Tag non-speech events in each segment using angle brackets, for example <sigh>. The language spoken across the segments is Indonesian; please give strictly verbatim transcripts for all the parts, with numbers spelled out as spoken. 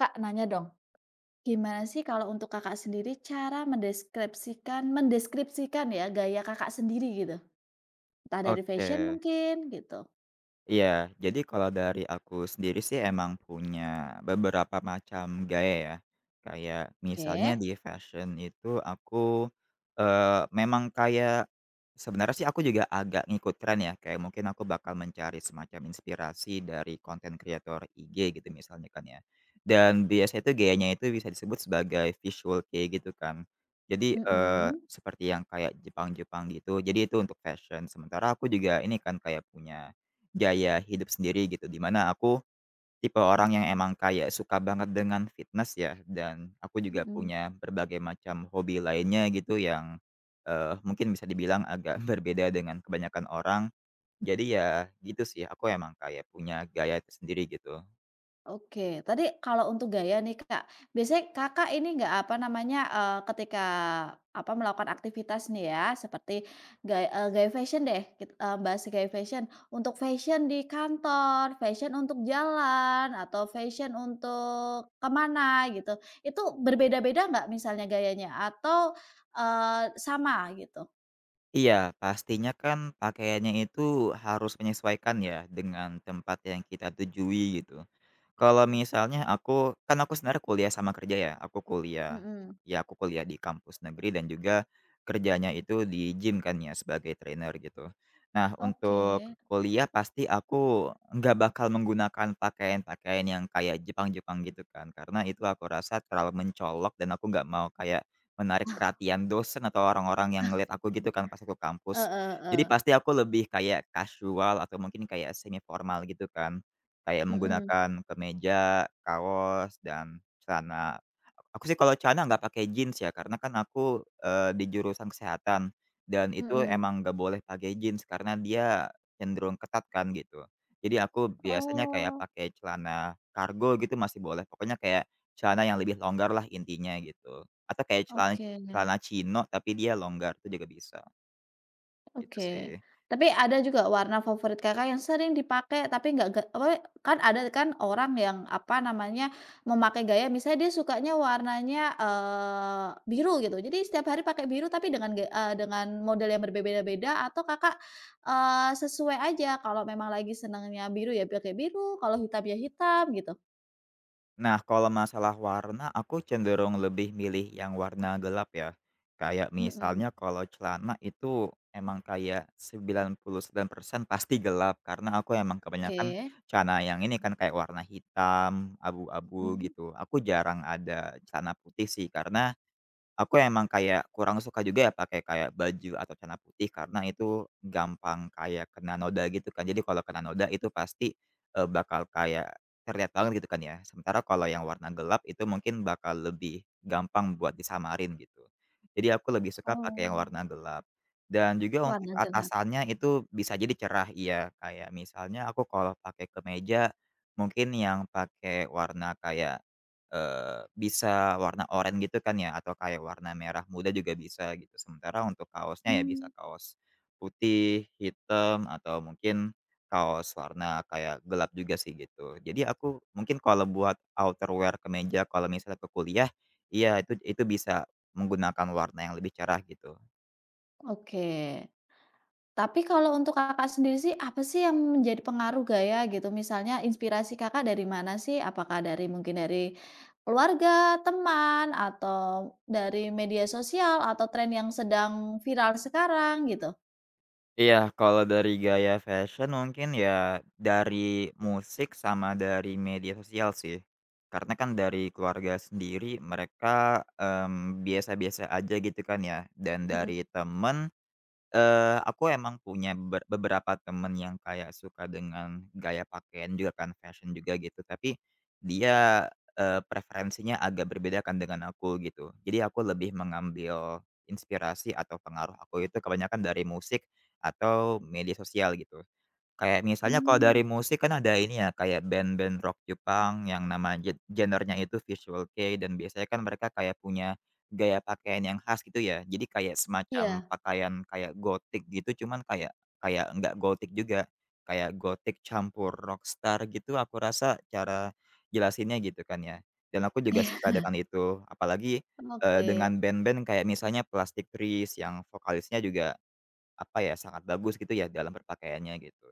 Kak, nanya dong, gimana sih kalau untuk Kakak sendiri cara mendeskripsikan mendeskripsikan ya gaya Kakak sendiri gitu? Entah dari fashion Oke. mungkin gitu. Iya, jadi kalau dari aku sendiri sih emang punya beberapa macam gaya ya. Kayak misalnya Oke, di fashion itu aku, eee, memang kayak sebenarnya sih aku juga agak ngikut tren ya, kayak mungkin aku bakal mencari semacam inspirasi dari konten kreator I G gitu misalnya kan ya. Dan biasanya itu gayanya itu bisa disebut sebagai visual kei gitu kan. Jadi, eee, mhm, seperti yang kayak Jepang-Jepang gitu, jadi itu untuk fashion. Sementara aku juga ini kan kayak punya gaya hidup sendiri gitu, dimana aku tipe orang yang emang kayak suka banget dengan fitness ya, dan aku juga mhm. punya berbagai macam hobi lainnya gitu yang, eee, mungkin bisa dibilang agak <laughs> berbeda dengan kebanyakan orang. Jadi ya gitu sih, aku emang kayak punya gaya tersendiri gitu. Oke, tadi kalau untuk gaya nih Kak, biasanya Kakak ini nggak, apa namanya, eee, ketika, apa, melakukan aktivitas nih ya, seperti gaya eee, gaya fashion deh, kit eee, bahas gaya fashion. Untuk fashion di kantor, fashion untuk jalan, atau fashion untuk kemana gitu, itu berbeda-beda nggak misalnya gayanya atau, eee, sama gitu? Iya, pastinya kan pakaiannya itu harus menyesuaikan ya dengan tempat yang kita tujui gitu. Kalau Mmm. misalnya aku, kan aku sebenarnya kuliah sama kerja ya, aku kuliah, Mhm, ya aku kuliah di kampus negeri dan juga kerjanya itu di gym kan ya sebagai trainer gitu. Nah oke. untuk kuliah pasti aku nggak bakal menggunakan pakaian-pakaian yang kayak Jepang-Jepang gitu kan, karena itu aku rasa terlalu mencolok dan aku nggak mau kayak menarik <laughs> perhatian dosen atau orang-orang yang ngeliat aku gitu kan pas aku Heeh kampus. Jadi heeh. pasti aku lebih kayak casual atau mungkin kayak semi formal gitu kan. Kayak Mhm, menggunakan kemeja, kaos, dan celana. Aku sih kalau celana nggak pakai jeans ya karena kan aku, eee, di jurusan kesehatan dan itu mhm. emang nggak boleh pakai jeans karena dia cenderung ketat kan gitu. Jadi aku biasanya kayak Oh, pakai celana kargo gitu masih boleh, pokoknya kayak celana yang lebih longgar lah intinya gitu. Atau kayak celana oke. celana chino tapi dia longgar itu juga bisa, gitu sih. Oke, tapi ada juga warna favorit Kakak yang sering dipakai tapi nggak ga apa, kan ada kan orang yang, apa namanya, memakai gaya misalnya dia sukanya warnanya, eee, biru gitu. Jadi setiap hari pakai biru tapi dengan ga eee, dengan model yang berbeda-beda atau Kakak, eee, sesuai aja kalau memang lagi senangnya biru ya pakai biru, kalau hitam ya hitam gitu? Nah, kalau masalah warna aku cenderung lebih milih yang warna gelap ya. Kayak Mhm, misalnya kalau celana itu emang kayak sembilan sembilan puluh sembilan persen pasti gelap karena aku emang oke, kebanyakan celana yang ini kan kayak warna hitam, abu-abu mhm, gitu. Aku jarang ada celana putih sih karena aku emang kayak kurang suka juga ya pakai kayak baju atau celana putih karena itu gampang kayak kena noda gitu kan. Jadi kalau kena noda itu pasti, eee, bakal kayak terlihat banget gitu kan ya. Sementara kalau yang warna gelap itu mungkin bakal lebih gampang buat disamarin gitu. Jadi aku lebih suka pakai yang oh, warna gelap. Dan juga untuk warna gelap, atasannya itu bisa jadi cerah iya, kayak misalnya aku kalau pakai kemeja mungkin yang pakai warna kayak Eee, bisa warna oranye gitu kan ya atau kayak warna merah muda juga bisa gitu. Sementara untuk kaosnya ya bisa mmm, kaos putih, hitam, atau mungkin kaos warna kayak gelap juga sih gitu. Jadi aku mungkin kalau buat outerwear kemeja kalau misalnya ke kuliah, iya itu itu bisa menggunakan warna yang lebih cerah gitu. oke. Tapi kalau untuk Kakak sendiri sih, apa sih yang menjadi pengaruh gaya gitu? Misalnya inspirasi Kakak dari mana sih? Apakah dari mungkin dari keluarga, teman, atau dari media sosial, atau tren yang sedang viral sekarang gitu? Iya, kalau dari gaya fashion mungkin ya dari musik sama dari media sosial sih. Karena kan dari keluarga sendiri mereka, mmm, biasa-biasa aja gitu kan ya, dan Mhm. dari temen Eee, aku emang punya ber beberapa temen yang kayak suka dengan gaya pakaian juga kan, fashion juga gitu, tapi dia, eee, preferensinya agak berbeda kan dengan aku gitu. Jadi aku lebih mengambil inspirasi atau pengaruh aku itu kebanyakan dari musik atau media sosial gitu. Kayak misalnya kalau Mmm. dari musik kan ada ini ya, kayak band-band rock Jepang yang nama gen genrenya itu Visual Kei dan biasanya kan mereka kayak punya gaya pakaian yang khas gitu ya. Jadi kayak semacam Iya, pakaian kayak gotik gitu cuman kayak kayak nggak gotik juga, kayak gotik campur rockstar gitu aku rasa cara jelasinnya gitu kan ya. Dan aku juga suka dengan itu. Apalagi, <laughs> eee, oke. dengan band-band kayak misalnya Plastic Trees yang vokalisnya juga apa ya, sangat bagus gitu ya dalam berpakaiannya gitu.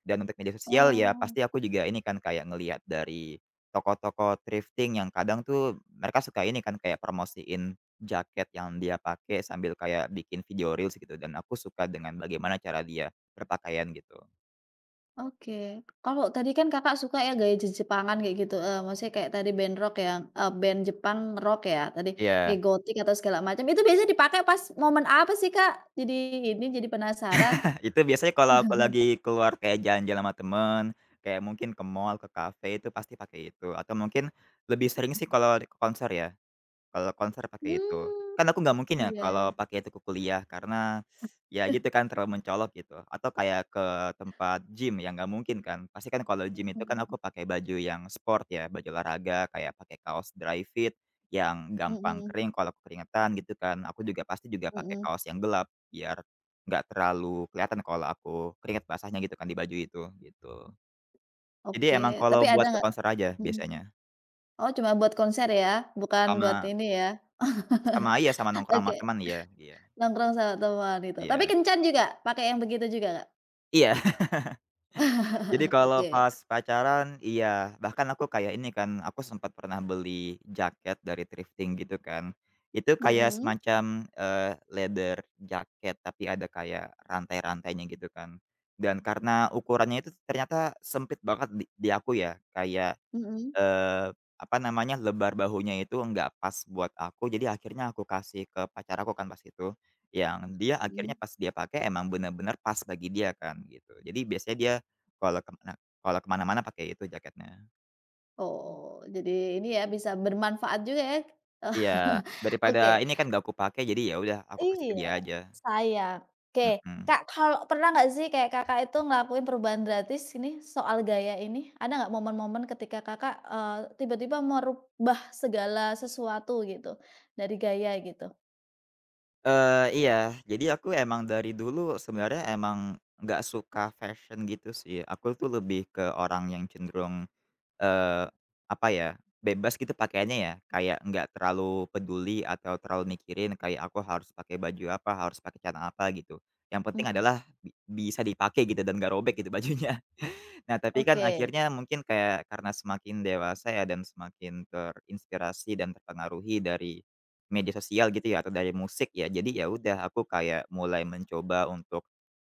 Dan untuk media sosial ya Oh. pasti aku juga ini kan kayak ngelihat dari toko-toko thrifting yang kadang tuh mereka suka ini kan kayak promosiin jaket yang dia pakai sambil kayak bikin video reels gitu dan aku suka dengan bagaimana cara dia berpakaian gitu. Oke. Kalau tadi kan Kakak suka ya gaya je Jepangan kayak gitu, eee, maksudnya kayak tadi band rock yang eee, band Jepang rock ya tadi, kayak Iya. gothic atau segala macam, itu biasanya dipakai pas momen apa sih, Kak? Jadi ini, jadi penasaran. <laughs> Itu biasanya kalau aku lagi keluar kayak jalan-jalan sama temen, kayak mungkin ke mall, ke kafe itu pasti pakai itu atau mungkin lebih sering sih kalau ke konser ya. Kalau konser pakai itu. Hmm, Kan aku nggak mungkin ya iya kalau iya. pakai itu ke kuliah karena, ya gitu kan terlalu mencolok gitu, atau kayak ke tempat gym ya nggak mungkin kan. Pasti kan kalau gym <laughs> itu kan aku Mhm, pakai baju yang sport ya, baju olahraga kayak pakai kaos dry fit yang gampang mhm kering kalau aku keringetan gitu kan. Aku juga pasti juga pakai mhm, kaos yang gelap biar nggak terlalu kelihatan kalau aku keringet basahnya gitu kan di baju itu, gitu. Jadi oke. emang kalau Tapi ada buat ke nggak konser aja mhm, biasanya, oh cuma buat konser ya, bukan buat sama ini ya? sama iya sama <laughs> nongkrong sama Oke, teman iya iya nongkrong sama teman itu. Tapi iya. kencan juga? Pakai yang begitu juga, Kak? Iya, <laughs> jadi kalau Oke. pas pacaran iya, bahkan aku kayak ini kan, aku sempat pernah beli jaket dari thrifting gitu kan. Itu kayak Mhm, semacam, eee, leather jacket tapi ada kayak rantai-rantainya gitu kan. Dan karena ukurannya itu ternyata sempit banget di di aku ya, kayak mhm Eee, apa namanya, lebar bahunya itu nggak pas buat aku, jadi akhirnya aku kasih ke pacar aku kan pas itu, yang dia mhm. akhirnya pas dia pakai emang bener-bener pas bagi dia kan gitu. Jadi biasanya dia kalau ke mana kalau ke mana-mana pakai itu jaketnya. Oh, jadi ini ya bisa bermanfaat juga ya. Iya, <laughs> daripada Oke. ini kan nggak aku pakai jadi ya udah aku kasih ke Iya, dia aja, sayang. Oke, mhm. Kak, kalau pernah nggak sih kayak Kakak itu ngelakuin perubahan gratis ini soal gaya ini? Ada nggak momen-momen ketika Kakak, eee, tiba-tiba merubah segala sesuatu gitu, dari gaya gitu? Eee, iya, jadi aku emang dari dulu sebenarnya emang nggak suka fashion gitu sih, aku tuh lebih ke orang yang cenderung Eee, apa ya, bebas gitu pakaiannya ya, kayak nggak terlalu peduli atau terlalu mikirin kayak aku harus pakai baju apa, harus pakai celana apa gitu. Yang penting Mhm, adalah bi bisa dipakai gitu dan nggak robek gitu bajunya. <laughs> Nah, tapi kan oke. akhirnya mungkin kayak karena semakin dewasa ya dan semakin terinspirasi dan terpengaruhi dari media sosial gitu ya atau dari musik ya, jadi ya udah aku kayak mulai mencoba untuk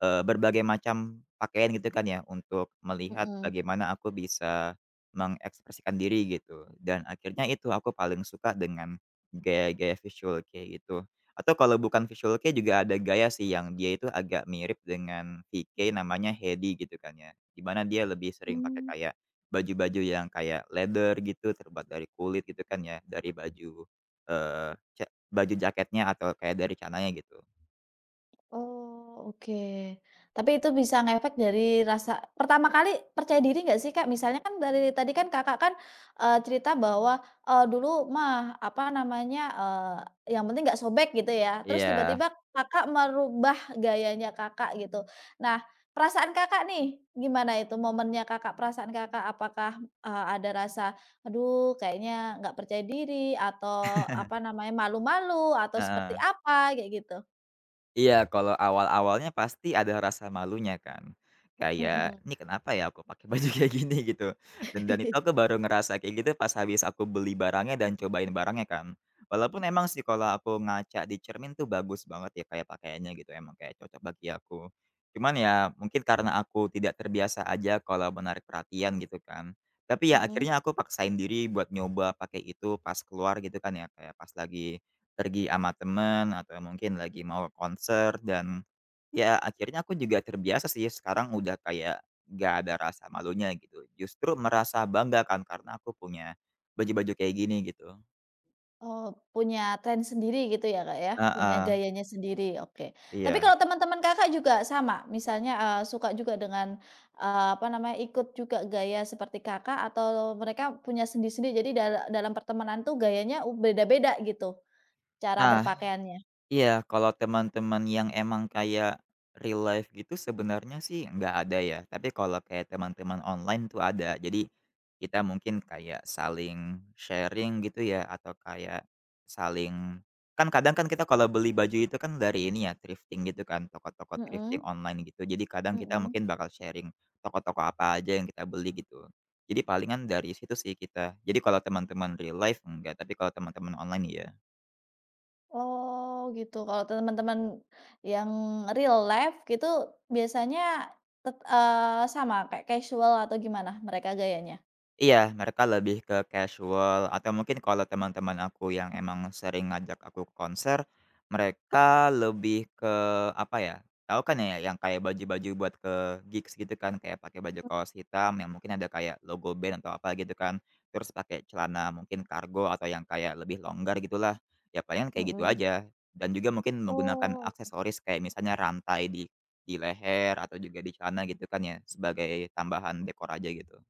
eee, berbagai macam pakaian gitu kan ya, untuk melihat Mhm. bagaimana aku bisa mengekspresikan diri gitu. Dan akhirnya itu aku paling suka dengan gaya-gaya visual kei itu. Atau kalau bukan visual kei juga ada gaya sih yang dia itu agak mirip dengan V K namanya Hedi gitu kan ya. Di mana dia lebih sering pakai Mmm. kayak baju-baju yang kayak leather gitu, terbuat dari kulit gitu kan ya, dari baju, eee, ja baju jaketnya atau kayak dari cananya gitu. Oh, oke. Tapi itu bisa ngefek dari rasa pertama kali percaya diri nggak sih, Kak? Misalnya kan dari tadi kan Kakak kan, eee, cerita bahwa, eee, dulu mah, apa namanya, eee, yang penting nggak sobek gitu ya, terus Iya. tiba-tiba Kakak merubah gayanya Kakak gitu. Nah, perasaan Kakak nih, gimana itu momennya Kakak, perasaan Kakak? Apakah, eee, ada rasa, "Aduh kayaknya nggak percaya diri," atau apa namanya, malu-malu, atau seperti Heeh. apa, kayak gitu? Iya, kalau awal-awalnya pasti ada rasa malunya kan. Kayak, Mhm. "Ini kenapa ya aku pakai baju kayak gini?" <laughs> Gitu. Dan dan itu <laughs> aku baru ngerasa kayak gitu pas habis aku beli barangnya dan cobain barangnya kan. Walaupun emang sih kalau aku ngaca di cermin tuh bagus banget ya kayak pakaiannya gitu, emang kayak cocok bagi aku. Cuman ya mungkin karena aku tidak terbiasa aja kalau menarik perhatian gitu kan. Tapi ya Mhm, akhirnya aku paksain diri buat nyoba pakai itu pas keluar gitu kan ya, kayak pas lagi pergi sama temen atau mungkin lagi mau konser dan, ya akhirnya aku juga terbiasa sih sekarang udah kayak gak ada rasa malunya gitu, justru merasa bangga kan karena aku punya baju-baju kayak gini gitu. oh, punya tren sendiri gitu ya, Kak, ya? Punya Heeh, gayanya sendiri, oke. Tapi iya. kalau teman-teman Kakak juga sama? Misalnya, eee, suka juga dengan, eee, apa namanya, ikut juga gaya seperti Kakak atau mereka punya sendiri-sendiri, jadi dala dalam pertemanan tuh gayanya u beda-beda gitu, cara Nah, berpakaiannya? iya, kalau teman-teman yang emang kayak real life gitu sebenarnya sih nggak ada ya, tapi kalau kayak teman-teman online tuh ada. Jadi kita mungkin kayak saling sharing gitu ya atau kayak saling kan kadang kan kita kalau beli baju itu kan dari ini ya thrifting gitu kan, toko-toko thrifting Mhm online gitu. Jadi kadang kita mhm. mungkin bakal sharing toko-toko apa aja yang kita beli gitu. Jadi palingan dari situ sih kita. Jadi kalau teman-teman real life enggak, tapi kalau teman-teman online iya. Oh, gitu. Kalau teman-teman yang real life gitu biasanya tet eee, sama kayak casual atau gimana mereka gayanya? Iya, mereka lebih ke casual atau mungkin kalau teman-teman aku yang emang sering ngajak aku ke konser, mereka lebih ke apa ya, tahu kan ya yang kayak baju-baju buat ke gigs gitu kan, kayak pakai baju kaos hitam yang mungkin ada kayak logo band atau apa gitu kan, terus pakai celana mungkin kargo atau yang kayak lebih longgar gitulah, ya palingan kayak gitu Mhm. aja. Dan juga mungkin menggunakan Oh aksesoris kayak misalnya rantai di di leher atau juga di celana gitu kan ya, sebagai tambahan dekor aja gitu.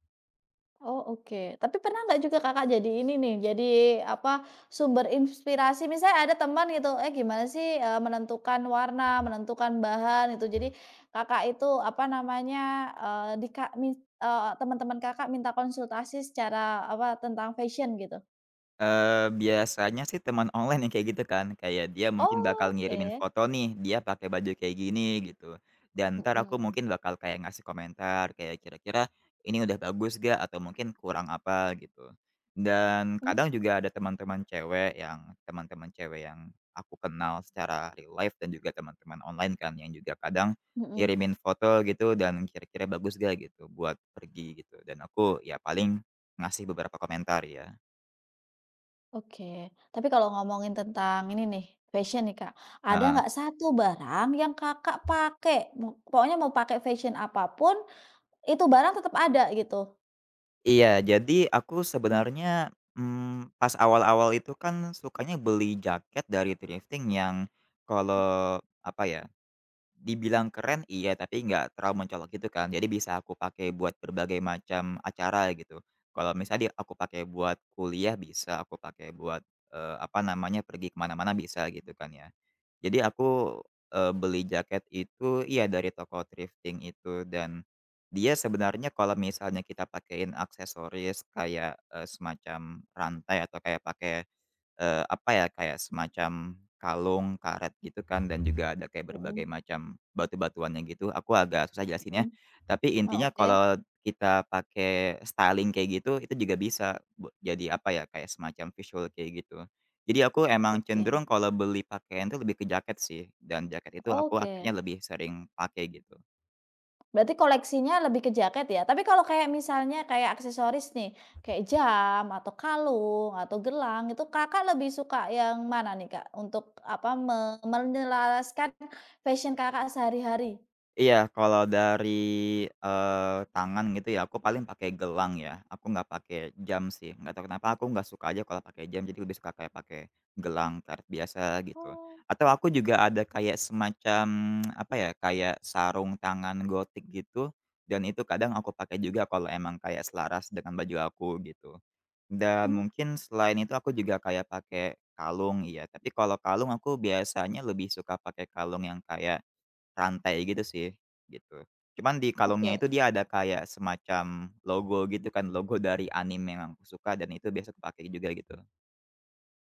oh oke. Tapi pernah nggak juga Kakak jadi ini nih, jadi apa, sumber inspirasi? Misalnya ada teman gitu, "Eh gimana sih, eee, menentukan warna, menentukan bahan," itu? Jadi Kakak itu apa namanya, eee, dika teman-teman Kakak minta konsultasi secara apa, tentang fashion gitu? Eee, biasanya sih teman online yang kayak gitu kan, kayak dia mungkin Oh, bakal ngirimin oke. foto nih, dia pakai baju kayak gini gitu, dan entar aku Mhm. mungkin bakal kayak ngasih komentar kayak kira-kira ini udah bagus gak atau mungkin kurang apa gitu. Dan Mmm, kadang juga ada teman-teman cewek yang teman-teman cewek yang aku kenal secara real life dan juga teman-teman online kan yang juga kadang mhm. ngirimin foto gitu dan kira-kira bagus gak gitu buat pergi gitu dan aku ya paling ngasih beberapa komentar ya. Oke, tapi kalau ngomongin tentang ini nih, fashion nih Kak, ada Heeh. nggak satu barang yang Kakak pakai, mu pokoknya mau pakai fashion apapun itu barang tetap ada gitu? Iya, jadi aku sebenarnya, mmm, pas awal-awal itu kan sukanya beli jaket dari thrifting yang kalau, apa ya, dibilang keren iya, tapi nggak terlalu mencolok gitu kan. Jadi bisa aku pakai buat berbagai macam acara gitu. Kalau misalnya di aku pakai buat kuliah bisa, aku pakai buat, eee, apa namanya, pergi kemana mana bisa gitu kan ya. Jadi aku, eee, beli jaket itu iya dari toko thrifting itu dan dia sebenarnya kalau misalnya kita pakein aksesoris kayak, eee, semacam rantai atau kayak pakai Eee, apa ya, kayak semacam kalung, karet gitu kan dan juga ada kayak berbagai Mhm macam batu-batuannya gitu, aku agak susah jelasinnya. mhm. Tapi Oh intinya oke kalau kita pakai styling kayak gitu, itu juga bisa bu jadi apa ya, kayak semacam visual kayak gitu. Jadi aku emang oke cenderung kalau beli pakaian tuh lebih ke jaket sih, dan jaket itu aku oke, akhirnya lebih sering pakai gitu. berarti koleksinya lebih ke jaket ya? Tapi kalau kayak misalnya kayak aksesoris nih, kayak jam atau kalung atau gelang itu Kakak lebih suka yang mana nih Kak, untuk apa, me menyelaraskan fashion Kakak sehari-hari? Iya, kalau dari, eee, tangan gitu ya, aku paling pakai gelang ya. Aku nggak pakai jam sih, nggak tahu kenapa aku nggak suka aja kalau pakai jam, jadi lebih suka kayak pakai gelang karet biasa gitu. Oh, Atau aku juga ada kayak semacam, <tsk> apa ya, kayak sarung tangan gotik gitu, dan itu kadang aku pakai juga kalau emang kayak selaras dengan baju aku gitu. Dan mmm, mungkin selain itu aku juga kayak pakai kalung, iya. Tapi kalau kalung aku biasanya lebih suka pakai kalung yang kayak rantai gitu sih, gitu. Cuman di kalungnya oke. itu dia ada kayak semacam logo gitu kan, logo dari anime yang aku suka dan itu biasa kupakai juga gitu.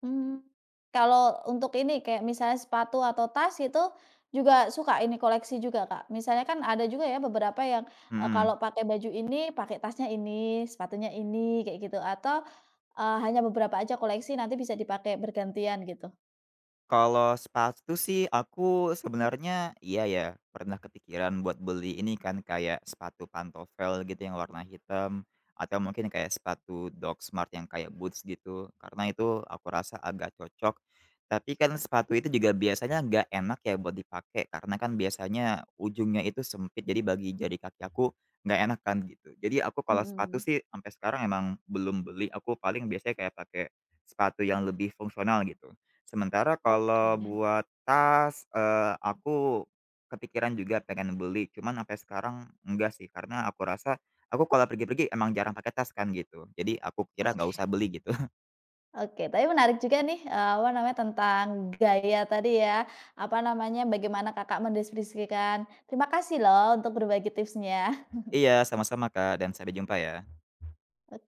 Mmm, kalau untuk ini kayak misalnya sepatu atau tas itu juga suka ini koleksi juga, Kak. Misalnya kan ada juga ya beberapa yang, eee, Mhm. kalau pakai baju ini, pakai tasnya ini, sepatunya ini, kayak gitu atau, eee, hanya beberapa aja koleksi nanti bisa dipakai bergantian gitu? Kalau sepatu sih aku sebenarnya iya ya, pernah kepikiran buat beli ini kan kayak sepatu pantofel gitu yang warna hitam, atau mungkin kayak sepatu dog Smart yang kayak boots gitu, karena itu aku rasa agak cocok. Tapi kan sepatu itu juga biasanya nggak enak ya buat dipakai, karena kan biasanya ujungnya itu sempit, jadi bagi jari kaki aku nggak enak kan gitu. Jadi aku kalau Mhm, sepatu sih sampai sekarang emang belum beli, aku paling biasanya kayak pakai sepatu yang lebih fungsional gitu. Sementara oke kalau buat tas, eee, aku kepikiran juga pengen beli, cuman sampai sekarang enggak sih, karena aku rasa aku kalau pergi-pergi emang jarang pakai tas kan gitu. Jadi aku kira nggak oke. usah beli gitu. <laughs> Oke, tapi menarik juga nih, eee, apa namanya, tentang gaya tadi ya, apa namanya, bagaimana Kakak mendeskripsikan. Terima kasih loh untuk berbagi tipsnya. Iya, sama-sama Kak, dan sampai jumpa ya. <laughs>